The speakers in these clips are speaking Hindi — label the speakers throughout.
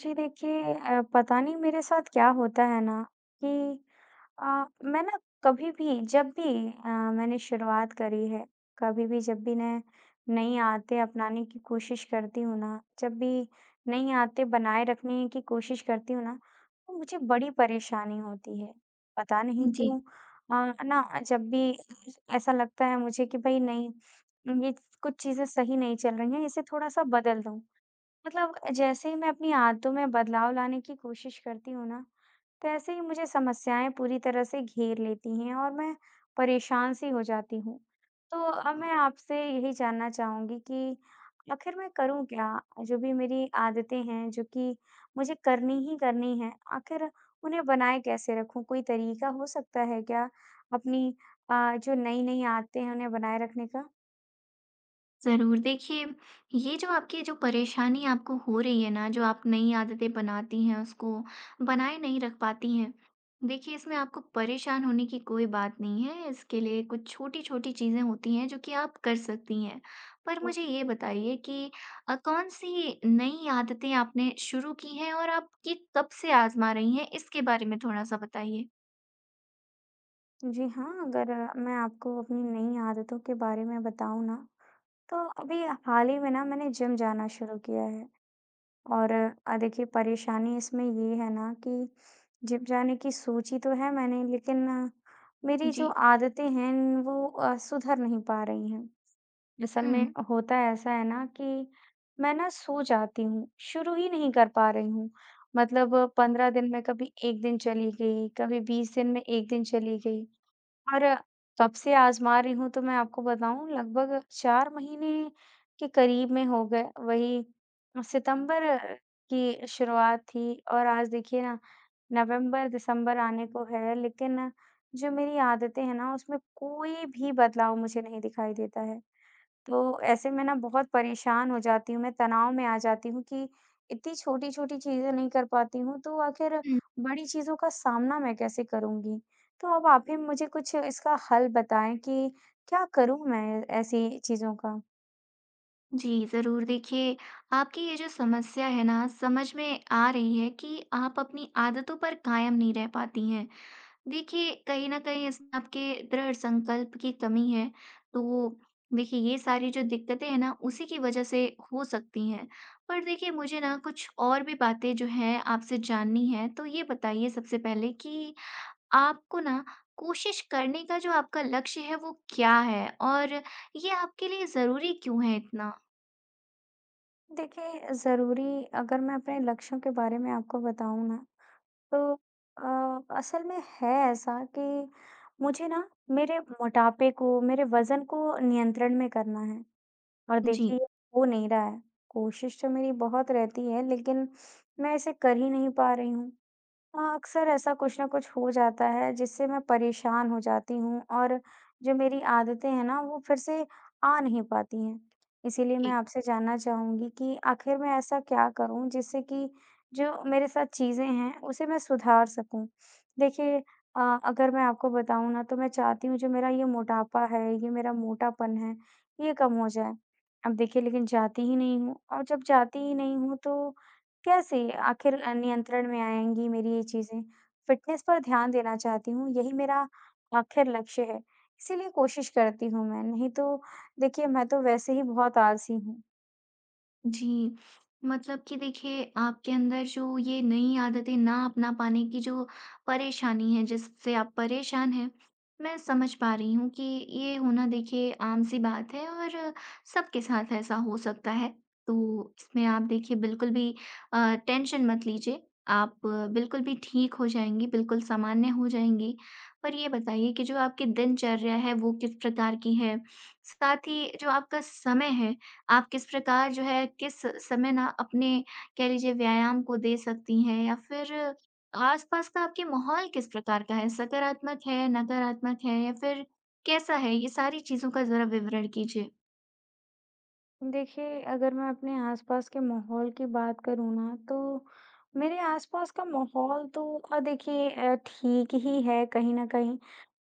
Speaker 1: जी देखिए पता नहीं मेरे साथ क्या होता है ना कि अ, मैं ना कभी भी जब भी मैंने शुरुआत करी है। कभी भी जब भी मैं नई आदतें अपनाने की कोशिश करती हूँ ना, जब भी नई आदतें बनाए रखने की कोशिश करती हूँ ना, तो मुझे बड़ी परेशानी होती है। पता नहीं
Speaker 2: जी,
Speaker 1: क्यों। ना जब भी ऐसा लगता है मुझे कि भाई नहीं, ये कुछ चीजें सही नहीं चल रही हैं, इसे थोड़ा सा बदल दूं। मतलब जैसे ही मैं अपनी आदतों में बदलाव लाने की कोशिश करती हूँ ना, तैसे ही मुझे समस्याएँ पूरी तरह से घेर लेती हैं और मैं परेशान सी हो जाती हूँ। तो अब मैं आपसे यही जानना चाहूँगी कि आखिर मैं करूँ क्या? जो भी मेरी आदतें हैं, जो कि मुझे करनी ही करनी हैं, आखिर उन्हें बनाए कैसे रखूँ? कोई तरीका हो सकता है क्या अपनी जो नई-नई आदतें हैं, उन्हें बनाए रखने का?
Speaker 2: ज़रूर। देखिए, ये जो आपकी जो परेशानी आपको हो रही है ना, जो आप नई आदतें बनाती हैं, उसको बनाए नहीं रख पाती हैं, देखिए, इसमें आपको परेशान होने की कोई बात नहीं है। इसके लिए कुछ छोटी-छोटी चीज़ें होती हैं, जो कि आप कर सकती हैं। पर मुझे ये बताइए कि कौन-सी नई आदतें आपने शुरू की हैं और आप ये कब से आज़मा रही हैं? इसके बारे में थोड़ा-सा बताइए।
Speaker 1: जी हाँ, अगर मैं आपको अपनी नई आदतों के बारे में बताऊँ ना, तो अभी हाल ही में ना मैंने जिम जाना शुरू किया है। और देखिए परेशानी इसमें ये है ना कि जिम जाने की सोची तो है मैंने, लेकिन मेरी जो
Speaker 2: जी।
Speaker 1: आदतें हैं वो सुधर नहीं पा रही हैं। असल में
Speaker 2: हुँ।
Speaker 1: होता ऐसा है ना कि मैं ना सो जाती हूँ, शुरू ही नहीं कर पा रही हूँ। मतलब 15 दिन में कभी 1 दिन चली गई, कभी 20 दिन में 1 दिन चली गई। और कब से आज़मा रही हूँ तो मैं आपको बताऊँ, लगभग 4 महीने के करीब में हो गए। वही सितंबर की शुरुआत थी और आज देखिए ना नवंबर, दिसंबर आने को है, लेकिन जो मेरी आदतें हैं ना उसमें कोई भी बदलाव मुझे नहीं दिखाई देता है। तो ऐसे में ना बहुत परेशान हो जाती हूँ, मैं तनाव में आ जाती हूँ कि इतनी छोटी-छोटी चीज़ें नहीं कर पाती हूँ, तो आखिर बड़ी चीज़ों का सामना मैं कैसे करूँगी? तो अब आप ही मुझे कुछ इसका हल बताएँ कि क्या करूँ मैं ऐसी चीज़ों का?
Speaker 2: जी, ज़रूर देखिए, आपकी ये जो समस्या है ना समझ में आ रही है कि आप अपनी आदतों पर कायम नहीं रह पाती हैं। देखिए, कहीं न कहीं इसमें आपके दृढ़ संकल्प की कमी है, तो देखिए ये सारी जो दिक्कतें हैं ना उसी की वजह से हो सकती हैं। पर देखिए मुझे ना कुछ और भी बातें जो हैं आपसे जाननी हैं, तो ये बताइए सबसे पहले कि आपको ना कोशिश करने का जो आपका लक्ष्य है वो क्या है? और ये आपके लिए ज़रूरी क्यों है इतना?
Speaker 1: देखिए, ज़रूरी अगर मैं अपने लक्ष्यों के बारे में आपको बताऊँ ना, तो असल में है ऐसा कि मुझे ना मेरे मोटापे को, मेरे वज़न को नियंत्रण में करना है। और
Speaker 2: जी।
Speaker 1: देखिए ये हो नहीं रहा है। कोशिश तो मेरी बहुत रहती है, लेकिन मैं इसे कर ही नहीं पा रही हूँ। हाँ, अक्सर ऐसा कुछ ना कुछ हो जाता है जिससे मैं परेशान हो जाती हूँ और जो मेरी आदतें हैं ना वो फिर से आ नहीं पाती हैं। इसीलिए मैं
Speaker 2: जी,
Speaker 1: आपसे जानना चाहूँगी कि आखिर मैं ऐसा क्या करूँ जिससे कि जो मेरे साथ चीज़ें हैं उसे मैं सुधार सकूँ। देखिए अगर मैं आपको बताऊँ ना, तो मैं चाहती हूँ जो मेरा ये मोटापा है, ये मेरा मोटापन है, ये कम हो जाए। अब देखिए, लेकिन जाती ही नहीं हूँ और जब जाती ही नहीं हूँ तो कैसे आखिर नियंत्रण में आएँगी मेरी ये चीज़ें? फ़िटनेस पर ध्यान देना चाहती हूँ, यही मेरा आखिर लक्ष्य है, इसीलिए कोशिश करती हूँ मैं, नहीं तो देखिए मैं तो वैसे ही बहुत आलसी हूँ।
Speaker 2: जी। मतलब कि देखिए आपके अंदर जो ये नई आदतें ना अपना पाने की जो परेशानी है, जिससे आप परेशान हैं, मैं समझ पा रही हूँ कि ये होना देखिए आम-सी बात है और सबके साथ ऐसा हो सकता है। तो इसमें आप देखिए बिल्कुल भी टेंशन मत लीजिए, आप बिल्कुल भी ठीक हो जाएँगी, बिल्कुल सामान्य हो जाएँगी। पर ये बताइए कि जो आपकी दिनचर्या है, वो किस प्रकार की है? साथ ही जो आपका समय है आप किस प्रकार जो है किस समय ना अपने कह लीजिए व्यायाम को दे सकती हैं या फिर आसपास का आपके माहौल किस प्रकार का है? सकारात्मक है, नकारात्मक है या फिर कैसा है? ये सारी चीज़ों का ज़रा विवरण कीजिए।
Speaker 1: देखिए, अगर मैं अपने आसपास के माहौल की बात करूँ ना, तो मेरे आसपास का माहौल तो देखिए ठीक ही है कहीं न कहीं।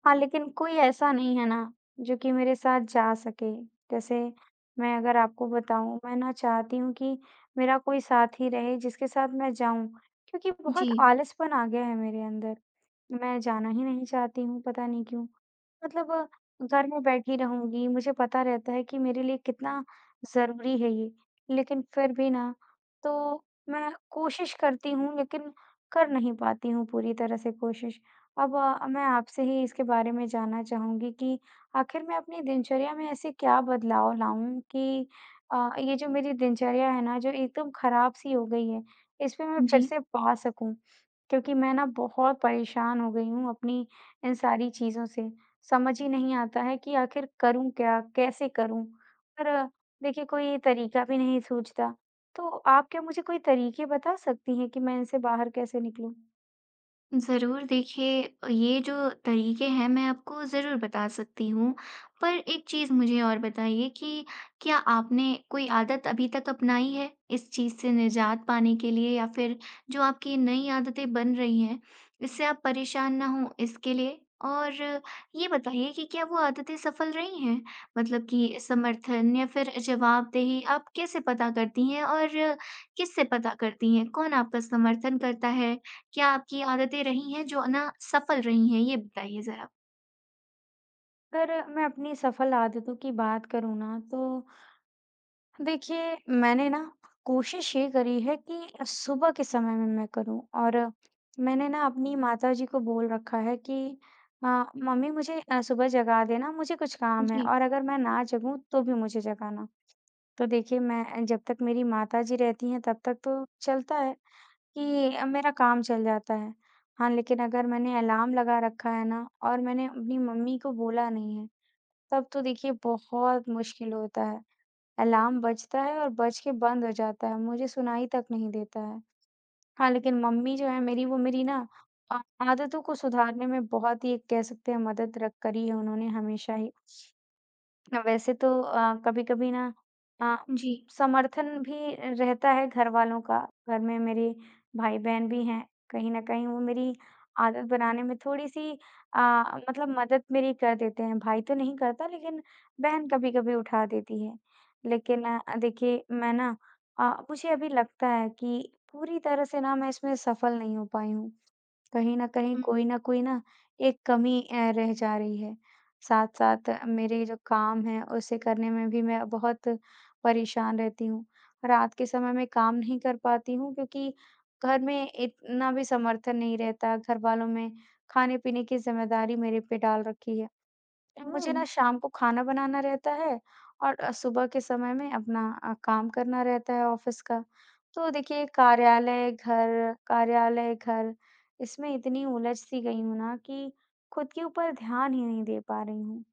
Speaker 1: हाँ, लेकिन कोई ऐसा नहीं है ना, जो कि मेरे साथ जा सके। जैसे मैं अगर आपको बताऊँ, मैं ना चाहती हूँ कि मेरा कोई साथी रहे, जिसके साथ मैं जाऊँ, क्योंकि
Speaker 2: जी,
Speaker 1: बहुत आलसपन आ गया है मेरे अंदर। मैं जाना ही नहीं चाहती हूँ, पता नहीं क्यों? मतलब घर में बैठी रहूँगी, मुझे पता रहता है कि मेरे लिए कितना ज़रूरी है ये, लेकिन फिर भी ना, तो मैं कोशिश करती हूँ लेकिन कर नहीं पाती हूँ पूरी तरह से कोशिश। अब मैं आपसे ही इसके बारे में जानना चाहूँगी कि आखिर मैं अपनी दिनचर्या में ऐसे क्या बदलाव लाऊँ कि ये जो मेरी दिनचर्या है ना, जो एकदम खराब-सी हो गई है, इसमें मैं फिर
Speaker 2: जी।
Speaker 1: से पा सकूँ? क्योंकि मैं ना बहुत परेशान हो गई हूँ अपनी इन सारी चीज़ों से। समझ ही नहीं आता है कि आखिर करूँ क्या? कैसे करूँ? पर देखिए, कोई तरीका भी नहीं सूझता। तो आप क्या मुझे कोई तरीके बता सकती हैं कि मैं इनसे बाहर कैसे निकलूँ?
Speaker 2: ज़रूर देखिए, ये जो तरीके हैं मैं आपको ज़रूर बता सकती हूँ। पर एक चीज़ मुझे और बताइए कि क्या आपने कोई आदत अभी तक अपनाई है इस चीज़ से निजात पाने के लिए या फिर जो आपकी नई आदतें बन रही हैं, इससे आप परेशान ना हों इसके लिए? और ये बताइए कि क्या वो आदतें सफल रही हैं? मतलब कि समर्थन या फिर जवाबदेही आप कैसे पता करती हैं और किससे पता करती हैं? कौन आपका समर्थन करता है? क्या आपकी आदतें रही हैं जो ना सफल रही हैं? ये बताइए ज़रा?
Speaker 1: अगर मैं अपनी सफल आदतों की बात करूँ ना, तो देखिए मैंने ना कोशिश ये करी है कि सुबह के समय में मैं करूँ। और मैंने ना अपनी माताजी को बोल रखा है कि अ, "मम्मी मुझे सुबह जगा देना, मुझे कुछ काम है
Speaker 2: जी,
Speaker 1: और अगर मैं ना जगूँ तो भी मुझे जगाना।" तो देखिए मैं जब तक मेरी माताजी रहती हैं तब तक तो चलता है। कि मेरा काम चल जाता है। हाँ, लेकिन अगर मैंने अलार्म लगा रखा है ना और मैंने अपनी मम्मी को बोला नहीं है, तब तो देखिए बहुत मुश्किल होता है। अलार्म बजता है और बज के बंद हो जाता है, मुझे सुनाई तक नहीं देता है। हाँ, लेकिन मम्मी जो है मेरी वो मेरी ना आदतों को सुधारने में बहुत ही एक कह सकते हैं मदद र करी है उन्होंने हमेशा ही। वैसे तो कभी-कभी ना अ,
Speaker 2: जी।
Speaker 1: समर्थन भी रहता है घर वालों का। घर में मेरे भाई-बहन भी हैं। कहीं न कहीं वो मेरी आदत बनाने में थोड़ी-सी अ, मतलब मदद मेरी कर देते हैं। भाई तो नहीं करता, लेकिन बहन कभी-कभी उठा देती है। लेकिन देखिए मैं ना मुझे अभी लगता है कि पूरी तरह से ना मैं इसमें सफल नहीं हो पाई हूँ। कहीं न कहीं,
Speaker 2: हुँ।
Speaker 1: कोई न कोई ना एक कमी रह जा रही है। साथ-साथ मेरे जो काम है, उसे करने में भी मैं बहुत परेशान रहती हूँ। रात के समय में काम नहीं कर पाती हूँ क्योंकि घर में इतना भी समर्थन नहीं रहता, घरवालों में खाने-पीने की ज़िम्मेदारी मेरे पे डाल रखी है।
Speaker 2: ओह!
Speaker 1: मुझे ना शाम को खाना बनाना रहता है और सुबह के समय में अपना काम करना रहता है ऑफिस का। तो देखिए कार्यालय, घर, कार्यालय, घर, इसमें इतनी उलझ-सी गई हूँ ना कि खुद के ऊपर ध्यान ही नहीं दे पा रही हूँ।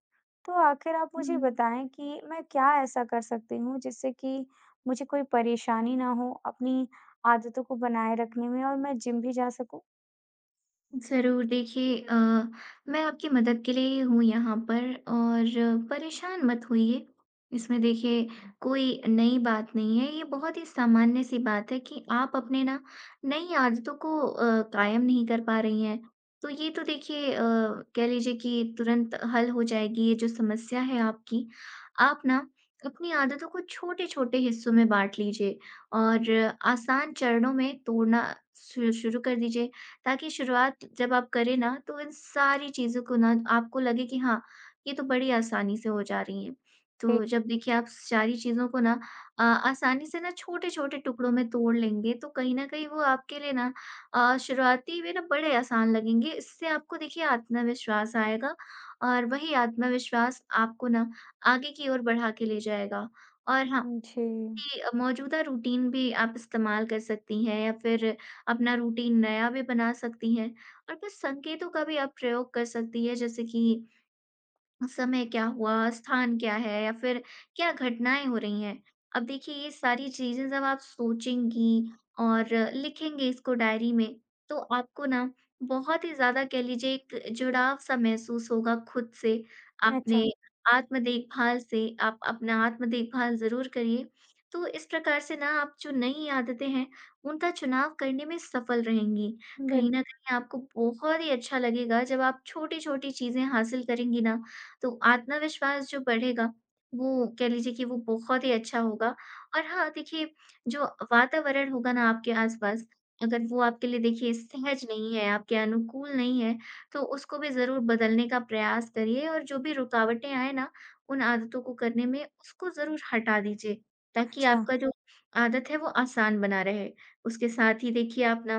Speaker 1: तो आखिर आप मुझे
Speaker 2: हुँ।
Speaker 1: बताएँ कि मैं क्या ऐसा कर सकती हूँ जिससे कि मुझे कोई परेशानी ना हो अपनी आदतों को बनाए रखने में और मैं जिम भी जा सकूँ?
Speaker 2: ज़रूर देखिए मैं आपकी मदद के लिए ही हूँ यहाँ पर और परेशान मत होइए। इसमें देखिए कोई नई बात नहीं है, ये बहुत ही सामान्य सी बात है कि आप अपने ना नई आदतों को कायम नहीं कर पा रही हैं। तो ये तो देखिए कह लीजिए कि तुरंत हल हो जाएगी ये जो समस्या है आपकी। आप ना अपनी आदतों को छोटे-छोटे हिस्सों में बाँट लीजिए और आसान चरणों में तोड़ना शु शुरू कर दीजिए। ताकि शुरुआत जब आप करें ना तो इन सारी चीज़ों को ना आपको लगे कि हाँ, ये तो बड़ी आसानी से हो जा रही है।
Speaker 1: जी।
Speaker 2: तो जब देखिए आप सारी चीज़ों को ना आसानी से ना छोटे-छोटे टुकड़ों में तोड़ लेंगे तो कहीं न कहीं वो आपके लिए ना शुरुआती में ना बड़े आसान लगेंगे। इससे आपको देखिए आत्मविश्वास आएगा और वही आत्मविश्वास आपको ना आगे की ओर बढ़ा के ले जाएगा। और हाँ
Speaker 1: हुँ, जी।
Speaker 2: कि मौजूदा रूटीन भी आप इस्तेमाल कर सकती हैं या फिर अपना रूटीन नया भी बना सकती हैं और कुछ संकेतों का भी आप प्रयोग कर सकती हैं जैसे कि समय क्या हुआ, स्थान क्या है या फिर क्या घटनाएँ हो रही हैं। अब देखिए ये सारी चीज़ें जब आप सोचेंगी और लिखेंगे इसको डायरी में, तो आपको ना बहुत ही ज़्यादा कह लीजिए एक जुड़ाव-सा महसूस होगा खुद से।
Speaker 1: अच्छा।
Speaker 2: आपने आत्म-देखभाल से आप अपना आत्म-देखभाल ज़रूर करिए। तो इस प्रकार से ना आप जो नई आदतें हैं, उनका चुनाव करने में सफल रहेंगी।
Speaker 1: बिल
Speaker 2: कहीं न कहीं आपको बहुत ही अच्छा लगेगा जब आप छोटी-छोटी चीज़ें हासिल करेंगी ना, तो आत्मविश्वास जो बढ़ेगा, वो कह लीजिए कि वो बहुत ही अच्छा होगा और हाँ, देखिए जो वातावरण होगा ना आपके आस-पास, अगर वो आपके लिए देखिए सहज नहीं है, आपके अनुकूल नहीं है, तो उसको भी ज़रूर बदलने का प्रयास करिए और जो भी रुकावटें आएँ ना, उन आदतों को करने में उसको ज़रूर हटा दीजिए, ताकि
Speaker 1: अच्छा।
Speaker 2: आपका जो आदत है वो आसान बना रहे। उसके साथ ही देखिए आप ना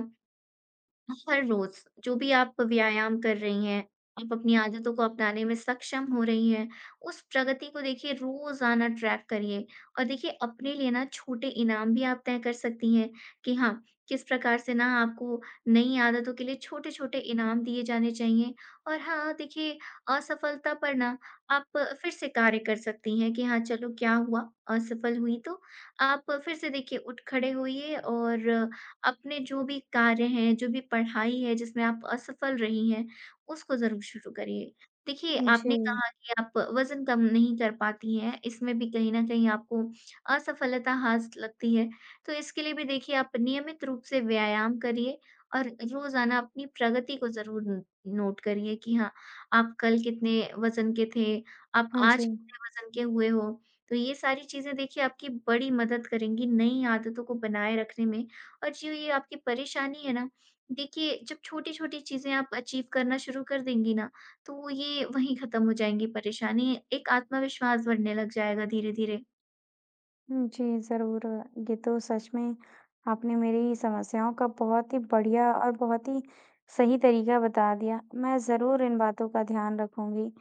Speaker 2: हर रोज जो भी आप व्यायाम कर रही हैं, आप अपनी आदतों को अपनाने में सक्षम हो रही हैं, उस प्रगति को देखिए रोज़ाना ट्रैक करिए और देखिए अपने लिए ना छोटे इनाम भी आप तय कर सकती हैं कि हाँ, किस प्रकार से ना आपको नई आदतों के लिए छोटे-छोटे इनाम दिए जाने चाहिए। और हाँ, देखिए असफलता पर ना आप फिर से कार्य कर सकती हैं कि हाँ, चलो क्या हुआ? असफल हुई तो आप फिर से देखिए उठ खड़े होइए और अपने जो भी कार्य हैं, जो भी पढ़ाई है जिसमें आप असफल रही हैं, उसको ज़रूर शुरू करिए। देखिए,
Speaker 1: जी।
Speaker 2: आपने कहा कि आप वज़न कम नहीं कर पाती हैं, इसमें भी कहीं न कहीं आपको असफलता हाथ लगती है। तो इसके लिए भी देखिए आप नियमित रूप से व्यायाम करिए और रोज़ाना अपनी प्रगति को ज़रूर न नोट करिए कि हाँ, आप कल कितने वज़न के थे, आप
Speaker 1: हाँ
Speaker 2: आज
Speaker 1: जी।
Speaker 2: कितने वज़न के हुए हो। तो ये सारी चीज़ें देखिए आपकी बड़ी मदद करेंगी नई आदतों को बनाए रखने में और जो ये आपकी परेशानी है ना, देखिए जब छोटी-छोटी चीज़ें आप अचीव करना शुरू कर देंगी ना, तो ये वहीं ख़त्म हो जाएँगी परेशानी, एक आत्मविश्वास बढ़ने लग जाएगा धीरे-धीरे।
Speaker 1: जी, ज़रूर। ये तो सच में आपने मेरी समस्याओं का बहुत ही बढ़िया और बहुत ही सही तरीका बता दिया। मैं ज़रूर इन बातों का ध्यान रखूँगी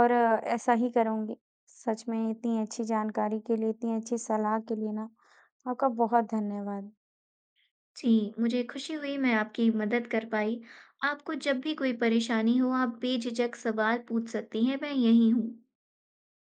Speaker 1: और ऐसा ही करूँगी। सच में इतनी अच्छी जानकारी के लिए, इतनी अच्छी सलाह के लिए ना आपका बहुत धन्यवाद।
Speaker 2: जी, मुझे खुशी हुई मैं आपकी मदद कर पाई। आपको जब भी कोई परेशानी हो, आप बेझिझक सवाल पूछ सकती हैं, मैं यहीं हूँ।